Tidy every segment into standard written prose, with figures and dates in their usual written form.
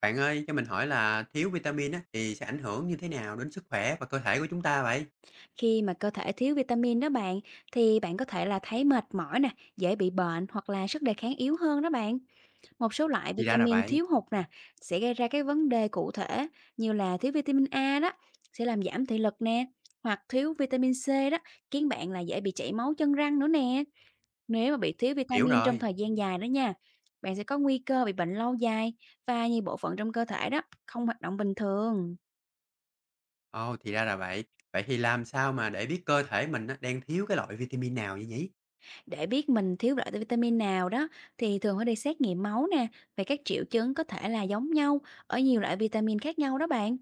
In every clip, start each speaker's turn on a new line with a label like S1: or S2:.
S1: Bạn ơi, cho mình hỏi là thiếu vitamin á, thì sẽ ảnh hưởng như thế nào đến sức khỏe và cơ thể của chúng ta vậy?
S2: Khi mà cơ thể thiếu vitamin đó bạn thì bạn có thể là thấy mệt mỏi nè, dễ bị bệnh hoặc là sức đề kháng yếu hơn đó bạn. Một số loại
S1: Thì ra là
S2: vitamin
S1: vậy,
S2: thiếu hụt nè sẽ gây ra cái vấn đề cụ thể, như là thiếu vitamin A đó sẽ làm giảm thị lực nè, hoặc thiếu vitamin C đó khiến bạn là dễ bị chảy máu chân răng nữa nè. Nếu mà bị thiếu
S1: hiểu
S2: vitamin trong
S1: rồi.
S2: thời gian dài đó nha, bạn sẽ có nguy cơ bị bệnh lâu dài và nhiều bộ phận trong cơ thể đó không hoạt động bình thường.
S1: Ồ, thì ra là vậy. Vậy thì làm sao mà để biết cơ thể mình á, đang thiếu cái loại vitamin nào vậy nhỉ?
S2: Để biết mình thiếu loại vitamin nào đó thì thường phải đi xét nghiệm máu nè, về các triệu chứng có thể là giống nhau ở nhiều loại vitamin khác nhau đó bạn.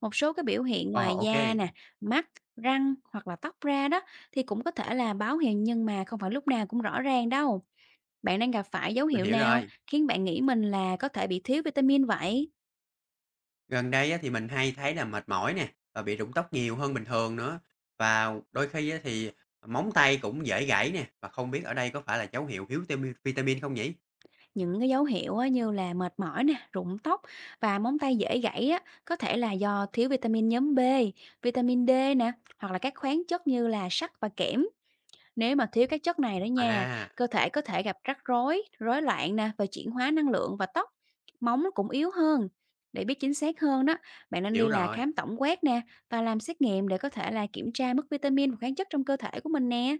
S2: Một số cái biểu hiện
S1: Ồ,
S2: ngoài
S1: ok,
S2: da nè, mắt, răng hoặc là tóc ra đó thì cũng có thể là báo hiệu, nhưng mà không phải lúc nào cũng rõ ràng đâu. Bạn đang gặp phải dấu
S1: mình
S2: hiệu
S1: hiểu
S2: nào
S1: rồi.
S2: khiến bạn nghĩ mình là có thể bị thiếu vitamin vậy?
S1: Gần đây á, thì mình hay thấy là mệt mỏi nè, và bị rụng tóc nhiều hơn bình thường nữa. Và đôi khi á, thì móng tay cũng dễ gãy nè, và không biết ở đây có phải là dấu hiệu thiếu vitamin vitamin không nhỉ?
S2: Những cái dấu hiệu á, như là mệt mỏi nè, rụng tóc và móng tay dễ gãy á, có thể là do thiếu vitamin nhóm B, vitamin D nè, hoặc là các khoáng chất như là sắt và kẽm. Nếu mà thiếu các chất này đó nha,
S1: À,
S2: cơ thể có thể gặp rắc rối, rối loạn nè và chuyển hóa năng lượng, và tóc, móng nó cũng yếu hơn. Để biết chính xác hơn đó, bạn nên
S1: hiểu
S2: đi là
S1: rồi.
S2: khám tổng quát nè và làm xét nghiệm để có thể là kiểm tra mức vitamin và khoáng chất trong cơ thể của mình nè.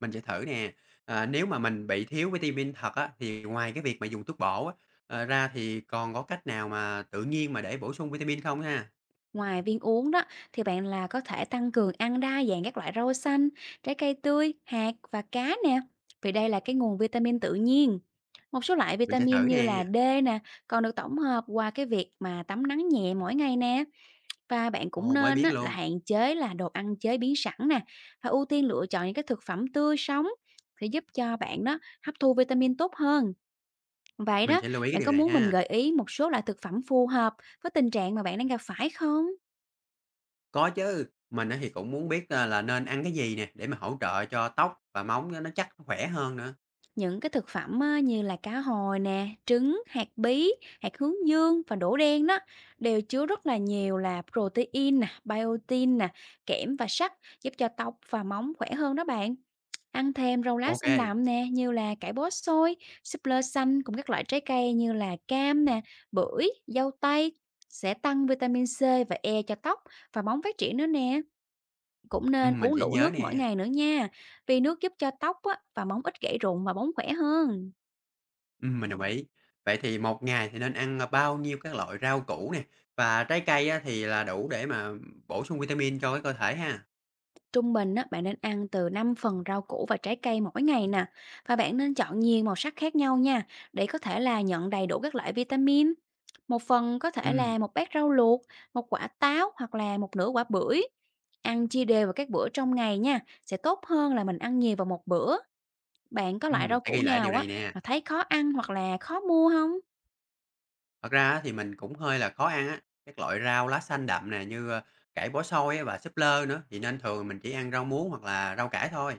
S1: Mình sẽ thử nè. Nếu mà mình bị thiếu vitamin thật á, thì ngoài cái việc mà dùng thuốc bổ á, ra thì còn có cách nào mà tự nhiên mà để bổ sung vitamin không ha?
S2: Ngoài viên uống đó thì bạn là có thể tăng cường ăn đa dạng các loại rau xanh, trái cây tươi, hạt và cá nè. Vì đây là cái nguồn vitamin tự nhiên. Một số loại
S1: Mình sẽ
S2: vitamin
S1: thử
S2: như
S1: nè.
S2: là D nè, còn được tổng hợp qua cái việc mà tắm nắng nhẹ mỗi ngày nè. Và bạn cũng
S1: Ồ, mới
S2: nên
S1: biết
S2: á, là
S1: luôn,
S2: hạn chế là đồ ăn chế biến sẵn nè, và ưu tiên lựa chọn những cái thực phẩm tươi sống để giúp cho bạn đó hấp thu vitamin tốt hơn. Vậy
S1: mình
S2: đó,
S1: sẽ lưu ý cái
S2: bạn
S1: điều
S2: có
S1: này
S2: muốn mình
S1: ha.
S2: gợi ý một số loại thực phẩm phù hợp với tình trạng mà bạn đang gặp phải không?
S1: Có chứ, mình á thì cũng muốn biết, là nên ăn cái gì nè, để mà hỗ trợ cho tóc và móng nó chắc, nó khỏe hơn nữa.
S2: Những cái thực phẩm á, như là cá hồi nè, trứng, hạt bí, hạt hướng dương và đỗ đen đó đều chứa rất là nhiều là protein nè, biotin nè, kẽm và sắt, giúp cho tóc và móng khỏe hơn đó bạn. Ăn thêm rau lá
S1: Ok,
S2: xanh
S1: kê,
S2: đậm nè, như là cải bó xôi, súp lơ xanh, cùng các loại trái cây như là cam nè, bưởi, dâu tây sẽ tăng vitamin C và E cho tóc và móng phát triển nữa nè. Cũng nên
S1: mình
S2: uống
S1: sẽ
S2: đủ
S1: nhớ
S2: nước mỗi
S1: nè.
S2: ngày nữa nha, vì nước giúp cho tóc á, và móng ít gãy rụng và bóng khỏe hơn.
S1: Mình đồng ý. Vậy thì một ngày thì nên ăn, bao nhiêu các loại rau củ nè, và trái cây á thì là đủ để mà bổ sung vitamin cho cái cơ thể ha?
S2: Trung bình á, bạn nên ăn từ 5 phần rau củ và trái cây mỗi ngày nè, và bạn nên chọn nhiều màu sắc khác nhau nha, để có thể là nhận đầy đủ các loại vitamin. Một phần có thể
S1: Ừm.
S2: là một bát rau luộc, một quả táo hoặc là một nửa quả bưởi. Ăn chia đều vào các bữa trong ngày nha, sẽ tốt hơn là mình ăn nhiều vào một bữa. Bạn có loại
S1: Mình
S2: rau
S1: sẽ
S2: củ
S1: ghi lại điều
S2: nào á
S1: này nè.
S2: mà thấy khó ăn hoặc là khó mua không?
S1: Thật ra á thì mình cũng hơi là khó ăn á, các loại rau lá xanh đậm nè như, cải bó xôi á và súp lơ nữa, thì nên thường mình chỉ ăn rau muống hoặc là rau cải thôi.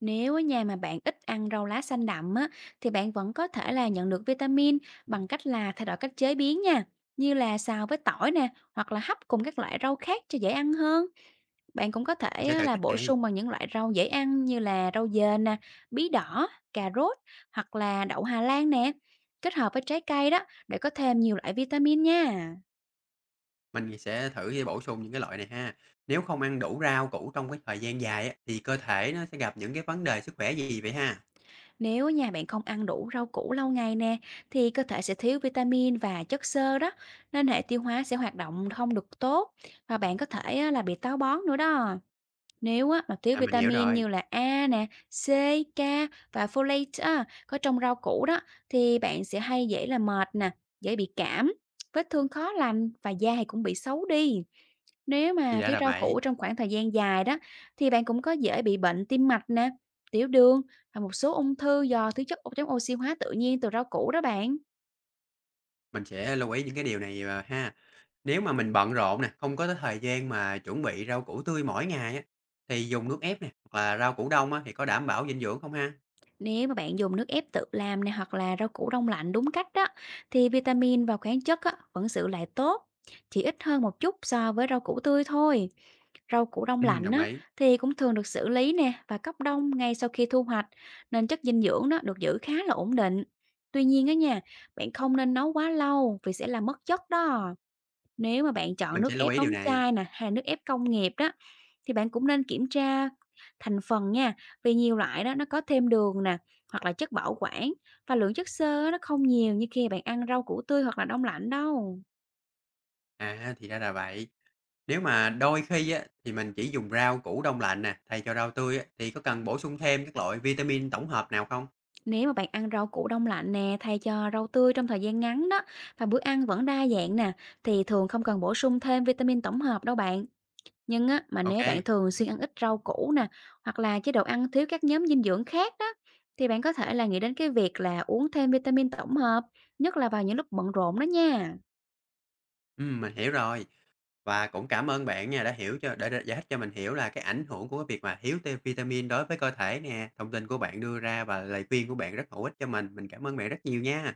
S2: Nếu ở nhà mà bạn ít ăn rau lá xanh đậm á, thì bạn vẫn có thể là nhận được vitamin bằng cách là thay đổi cách chế biến nha, như là xào với tỏi nè, hoặc là hấp cùng các loại rau khác cho dễ ăn hơn. Bạn cũng có
S1: Mình
S2: thể
S1: sẽ
S2: á,
S1: thử
S2: là
S1: cách
S2: bổ
S1: này,
S2: sung bằng những loại rau dễ ăn như là rau dền nè, bí đỏ, cà rốt hoặc là đậu Hà Lan nè, kết hợp với trái cây đó để có thêm nhiều loại vitamin nha.
S1: mình sẽ thử để bổ sung những cái loại này ha. Nếu không ăn đủ rau củ trong cái thời gian dài á, thì cơ thể nó sẽ gặp những cái vấn đề sức khỏe gì vậy ha?
S2: Nếu nhà bạn không ăn đủ rau củ lâu ngày nè, thì cơ thể sẽ thiếu vitamin và chất xơ đó, nên hệ tiêu hóa sẽ hoạt động không được tốt, và bạn có thể á, là bị táo bón nữa đó. Nếu á, mà thiếu
S1: À, mình hiểu
S2: vitamin
S1: rồi,
S2: như là A nè, C, K và folate á, có trong rau củ đó thì bạn sẽ hay dễ là mệt nè, dễ bị cảm, vết thương khó lành và da thì cũng bị xấu đi. Nếu
S1: thì
S2: mà
S1: đã
S2: thiếu
S1: là
S2: rau
S1: vậy,
S2: củ trong khoảng thời gian dài đó thì bạn cũng có dễ bị bệnh tim mạch nè, tiểu đường và một số ung thư do thiếu chất chống oxy hóa tự nhiên từ rau củ đó bạn.
S1: mình sẽ lưu ý những cái điều này, ha. Nếu mà mình bận rộn nè, không có thời gian mà chuẩn bị rau củ tươi mỗi ngày á, thì dùng nước ép nè, hoặc là rau củ đông á, thì có đảm bảo dinh dưỡng không ha?
S2: Nếu mà bạn dùng nước ép tự làm này hoặc là rau củ đông lạnh đúng cách đó, thì vitamin và khoáng chất á, vẫn giữ lại tốt, chỉ ít hơn một chút so với rau củ tươi thôi. Rau củ đông lạnh
S1: Đồng
S2: á,
S1: ý,
S2: thì cũng thường được xử lý nè và cấp đông ngay sau khi thu hoạch, nên chất dinh dưỡng đó được giữ khá là ổn định. Tuy nhiên á nha, bạn không nên nấu quá lâu vì sẽ làm mất chất đó. Nếu mà bạn chọn
S1: mình sẽ
S2: nước
S1: lưu
S2: ép
S1: ý điều
S2: đóng
S1: này.
S2: chai nè, hay là nước ép công nghiệp đó, thì bạn cũng nên kiểm tra thành phần nha, vì nhiều loại đó nó có thêm đường nè, hoặc là chất bảo quản, và lượng chất xơ á, nó không nhiều như khi bạn ăn rau củ tươi hoặc là đông lạnh đâu.
S1: À, thì ra là vậy. Nếu mà đôi khi á, thì mình chỉ dùng rau củ đông lạnh nè, thay cho rau tươi á, thì có cần bổ sung thêm các loại vitamin tổng hợp nào không?
S2: Nếu mà bạn ăn rau củ đông lạnh nè, thay cho rau tươi trong thời gian ngắn đó, và bữa ăn vẫn đa dạng nè, thì thường không cần bổ sung thêm vitamin tổng hợp đâu bạn. Nhưng á, mà
S1: Ok,
S2: nếu
S1: kê,
S2: bạn thường xuyên ăn ít rau củ nè, hoặc là chế độ ăn thiếu các nhóm dinh dưỡng khác đó, thì bạn có thể là nghĩ đến cái việc là uống thêm vitamin tổng hợp, nhất là vào những lúc bận rộn đó nha.
S1: mình hiểu rồi. Và cũng cảm ơn bạn nha, đã hiểu cho đã giải thích cho mình hiểu là cái ảnh hưởng của cái việc mà thiếu tê vitamin đối với cơ thể nè. Thông tin của bạn đưa ra và lời khuyên của bạn rất hữu ích cho mình. Mình cảm ơn bạn rất nhiều nha.